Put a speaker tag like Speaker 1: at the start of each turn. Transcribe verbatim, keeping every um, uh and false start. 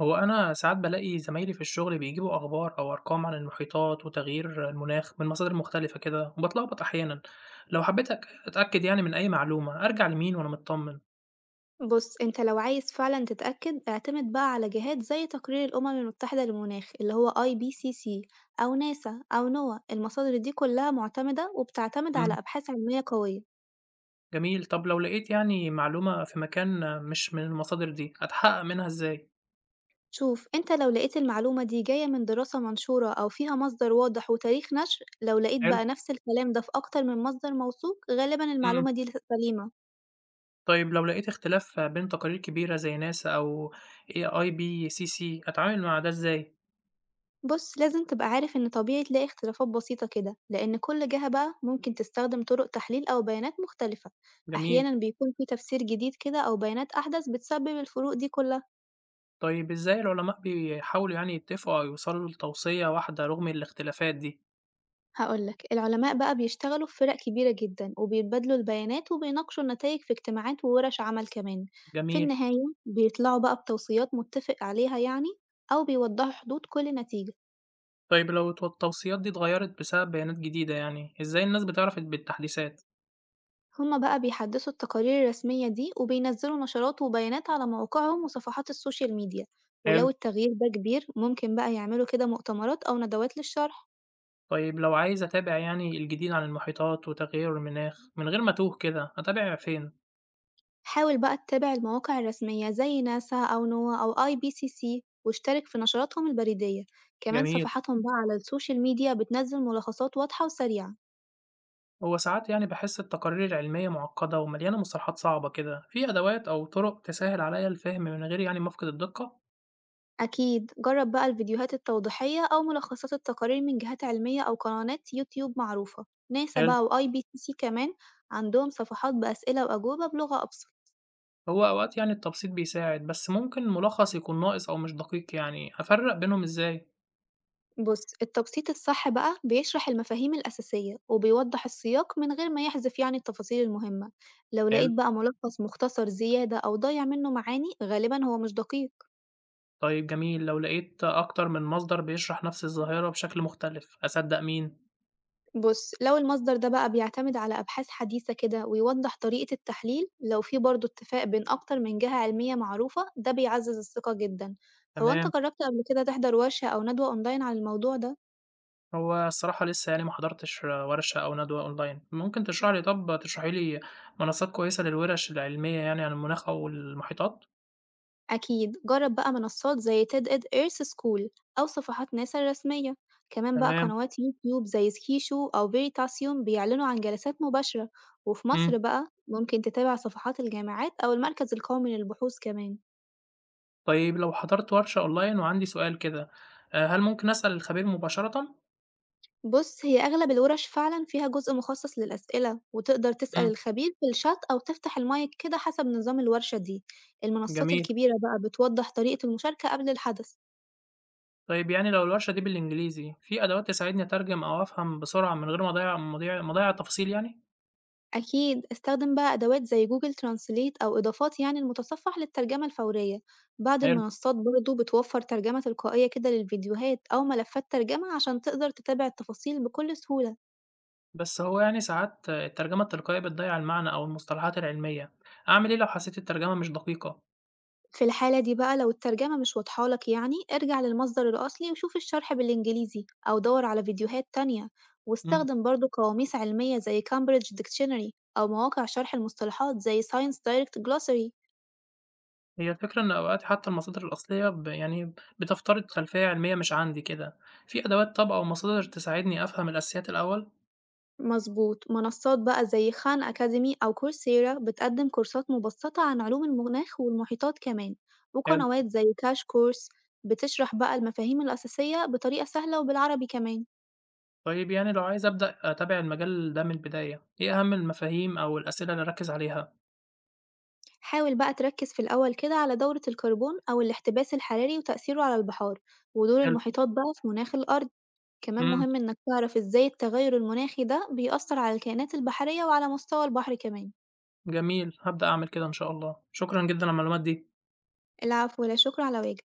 Speaker 1: هو أنا ساعات بالاقي زمايلي في الشغل بيجيبوا أخبار أو أرقام عن المحيطات وتغيير المناخ من مصادر مختلفة كده وبتلخبط أحيانا، لو حبيت أك- أتأكد يعني من أي معلومة أرجع لمين وأنا مطمن؟
Speaker 2: بُص، أنت لو عايز فعلًا تتأكد، اعتمد بقى على جهات زي تقرير الأمم المتحدة للمناخ اللي هو I P C C أو ناسا أو نوا، المصادر دي كلها معتمدة وبتعتمد على
Speaker 1: مم.
Speaker 2: أبحاث علمية قوية.
Speaker 1: جميل، طب لو لقيت يعني معلومة في مكان مش من المصادر دي أتحقق منها إزاي؟
Speaker 2: شوف، أنت لو لقيت المعلومة دي جاية من دراسة منشورة أو فيها مصدر واضح وتاريخ نشر، لو لقيت
Speaker 1: حلو؟
Speaker 2: بقى نفس الكلام ده في أكتر من مصدر موثوق، غالبًا
Speaker 1: مم.
Speaker 2: المعلومة دي ل سليمة.
Speaker 1: طيب لو لقيت اختلاف بين تقارير كبيرة زي ناسا أو اي بي سي سي أتعامل مع ده إزاي؟
Speaker 2: بُص، لازم تبقى عارف إن طبيعي تلاقي اختلافات بسيطة كده، لإن كل جهة بقى ممكن تستخدم طرق تحليل أو بيانات مختلفة،
Speaker 1: جميل.
Speaker 2: أحيانًا بيكون في تفسير جديد كده أو بيانات أحدث بتسبب الفروق دي كلها.
Speaker 1: طيب إزاي العلماء بيحاولوا يعني يتفقوا أو يوصلوا لتوصية واحدة رغم الاختلافات دي؟
Speaker 2: هاقول لك، العلماء بقى بيشتغلوا في فرق كبيرة جدًا وبيتبادلوا البيانات وبيناقشوا النتائج في اجتماعات وورش عمل كمان. في
Speaker 1: جميل.
Speaker 2: النهاية بيطلعوا بقى بتوصيات متفق عليها يعني، أو بيوضحوا حدود كل نتيجة.
Speaker 1: طيب لو التو التوصيات دي اتغيّرت بسبب بيانات جديدة يعني، إزاي الناس بتعرف بالتحديثات؟
Speaker 2: هما بقى بيحدثوا التقارير الرسمية دي وبينزلوا نشرات وبيانات على مواقعهم وصفحات السوشيال ميديا،
Speaker 1: حلو.
Speaker 2: ولو التغيير ده كبير ممكن بقى يعملوا كده مؤتمرات أو ندوات للشرح.
Speaker 1: طيب لو عايز أتابع يعني الجديد عن المحيطات وتغير المناخ من غير ما أتوه كده، أتابع فين؟
Speaker 2: حاول بقى تتابع المواقع الرسمية زي ناسا أو نوا أو اي بي سي سي واشترك في نشراتهم البريدية، كمان
Speaker 1: جميل.
Speaker 2: صفحاتهم بقى على السوشيال ميديا بتنزل ملخصات واضحة وسريعة.
Speaker 1: هو ساعات يعني باحس التقارير العلمية معقدة ومليانة مصطلحات صعبة كده، في أدوات أو طرق تسهّل عليَّ الفهم من غير يعني ما أفقد الدقة؟
Speaker 2: أكيد جرب بقى الفيديوهات التوضيحية أو ملخصات التقارير من جهات علمية أو قنوات يوتيوب معروفة، ناسا
Speaker 1: حلو.
Speaker 2: بقى وآي بي سي سي كمان عندهم صفحات بأسئلة وأجوبة بلغة أبسط.
Speaker 1: هو أوقات يعني التبسيط بيساعد، بس ممكن ملخص يكون ناقص أو مش دقيق يعني، أفرّق بينهم إزاي؟
Speaker 2: بص، التبسيط الصح بقى بيشرح المفاهيم الأساسية وبيوضح السياق من غير ما يحذف يعني التفاصيل المهمة، لو
Speaker 1: حلو.
Speaker 2: لقيت بقى ملخص مختصر زيادة أو ضايع منه معاني غالبا هو مش دقيق.
Speaker 1: طيب جميل، لو لقيت أكتر من مصدر بيشرح نفس الظاهرة بشكل مختلف، أصدّق مين؟
Speaker 2: بُص، لو المصدر ده بقى بيعتمد على أبحاث حديثة كده ويوضح طريقة التحليل، لو في برضه اتفاق بين أكتر من جهة علمية معروفة، ده بيعزّز الثقة جدًا. هو أنت
Speaker 1: تمام.
Speaker 2: جرّبت قبل كده تحضر ورشة أو ندوة أونلاين عن الموضوع ده؟
Speaker 1: هو الصراحة لسه يعني ما حضرتش ورشة أو ندوة أونلاين، ممكن تشرح لي طب تشرحي لي منصات كويسة للورش العلمية يعني عن المناخ أو المحيطات؟
Speaker 2: أكيد، جرّب بقى منصات زي TEDx Earth School أو صفحات ناسا الرسمية، كمان بقى
Speaker 1: تمام،
Speaker 2: قنوات يوتيوب زي سكيشو أو فيريتاسيوم بيعلنوا عن جلسات مباشرة، وفي
Speaker 1: إمم،
Speaker 2: مصر بقى ممكن تتابع صفحات الجامعات أو المركز القومي للبحوث كمان.
Speaker 1: طيب لو حضرت ورشة أونلاين وعندي سؤال كده، آآ هل ممكن أسأل الخبير مباشرةً؟
Speaker 2: بُص، هي أغلب الورش فعلًا فيها جزء مخصص للأسئلة، وتقدر تسأل
Speaker 1: إمم.
Speaker 2: الخبير في الشات أو تفتح المايك كده حسب نظام الورشة دي. المنصات
Speaker 1: جميل،
Speaker 2: الكبيرة بقى بتوضح طريقة المشاركة قبل الحدث.
Speaker 1: طيب يعني لو الورشة دي بالإنجليزي، في أدوات تساعدني أترجم أو أفهم بسرعة من غير ما أضيّع مضيع مضيّع التفاصيل يعني؟
Speaker 2: أكيد استخدم بقى أدوات زي Google Translate أو إضافات يعني المتصفح للترجمة الفورية. بعض
Speaker 1: حلو.
Speaker 2: المنصات برضه بتوفر ترجمة تلقائية كده للفيديوهات أو ملفات ترجمة عشان تقدر تتابع التفاصيل بكل سهولة.
Speaker 1: بس هو يعني ساعات الترجمة التلقائية بتضيّع المعنى أو المصطلحات العلمية، أعمل إيه لو حسيت الترجمة مش دقيقة؟
Speaker 2: في الحالة دي بقى لو الترجمة مش واضحة لك يعني ارجع للمصدر الأصلي وشوف الشرح بالإنجليزي أو دور على فيديوهات تانية،
Speaker 1: إمم.
Speaker 2: واستخدم برضه قواميس علمية زي Cambridge Dictionary أو مواقع شرح المصطلحات زي Science Direct Glossary.
Speaker 1: هي الفكرة إن أوقات حتى المصادر الأصلية ب يعني بتفترض خلفية علمية مش عندي كده، في أدوات طب أو مصادر تساعدني أفهم الأساسيات الأول؟
Speaker 2: مظبوط، منصات بقى زي خان أكاديمي أو كورسيرا بتقدم كورسات مبسطة عن علوم المناخ والمحيطات كمان،
Speaker 1: حلو.
Speaker 2: وقنوات زي كاش كورس بتشرح بقى المفاهيم الأساسية بطريقة سهلة وبالعربي كمان.
Speaker 1: طيب يعني لو عايز أبدأ أتابع المجال ده من البداية، إيه أهم المفاهيم أو الأسئلة اللي أركّز عليها؟
Speaker 2: حاول بقى تركز في الأول كده على دورة الكربون أو الاحتباس الحراري وتأثيره على البحار ودور
Speaker 1: حلو،
Speaker 2: المحيطات بقى في مناخ الأرض، كمان
Speaker 1: إمم،
Speaker 2: مهم إنك تعرف إزاي التغير المناخي ده بيأثر على الكائنات البحرية وعلى مستوى البحر كمان.
Speaker 1: جميل، هابدأ أعمل كده إن شاء الله، شكرًا جدًا على المعلومات دي.
Speaker 2: العفو ولا شكر على واجب.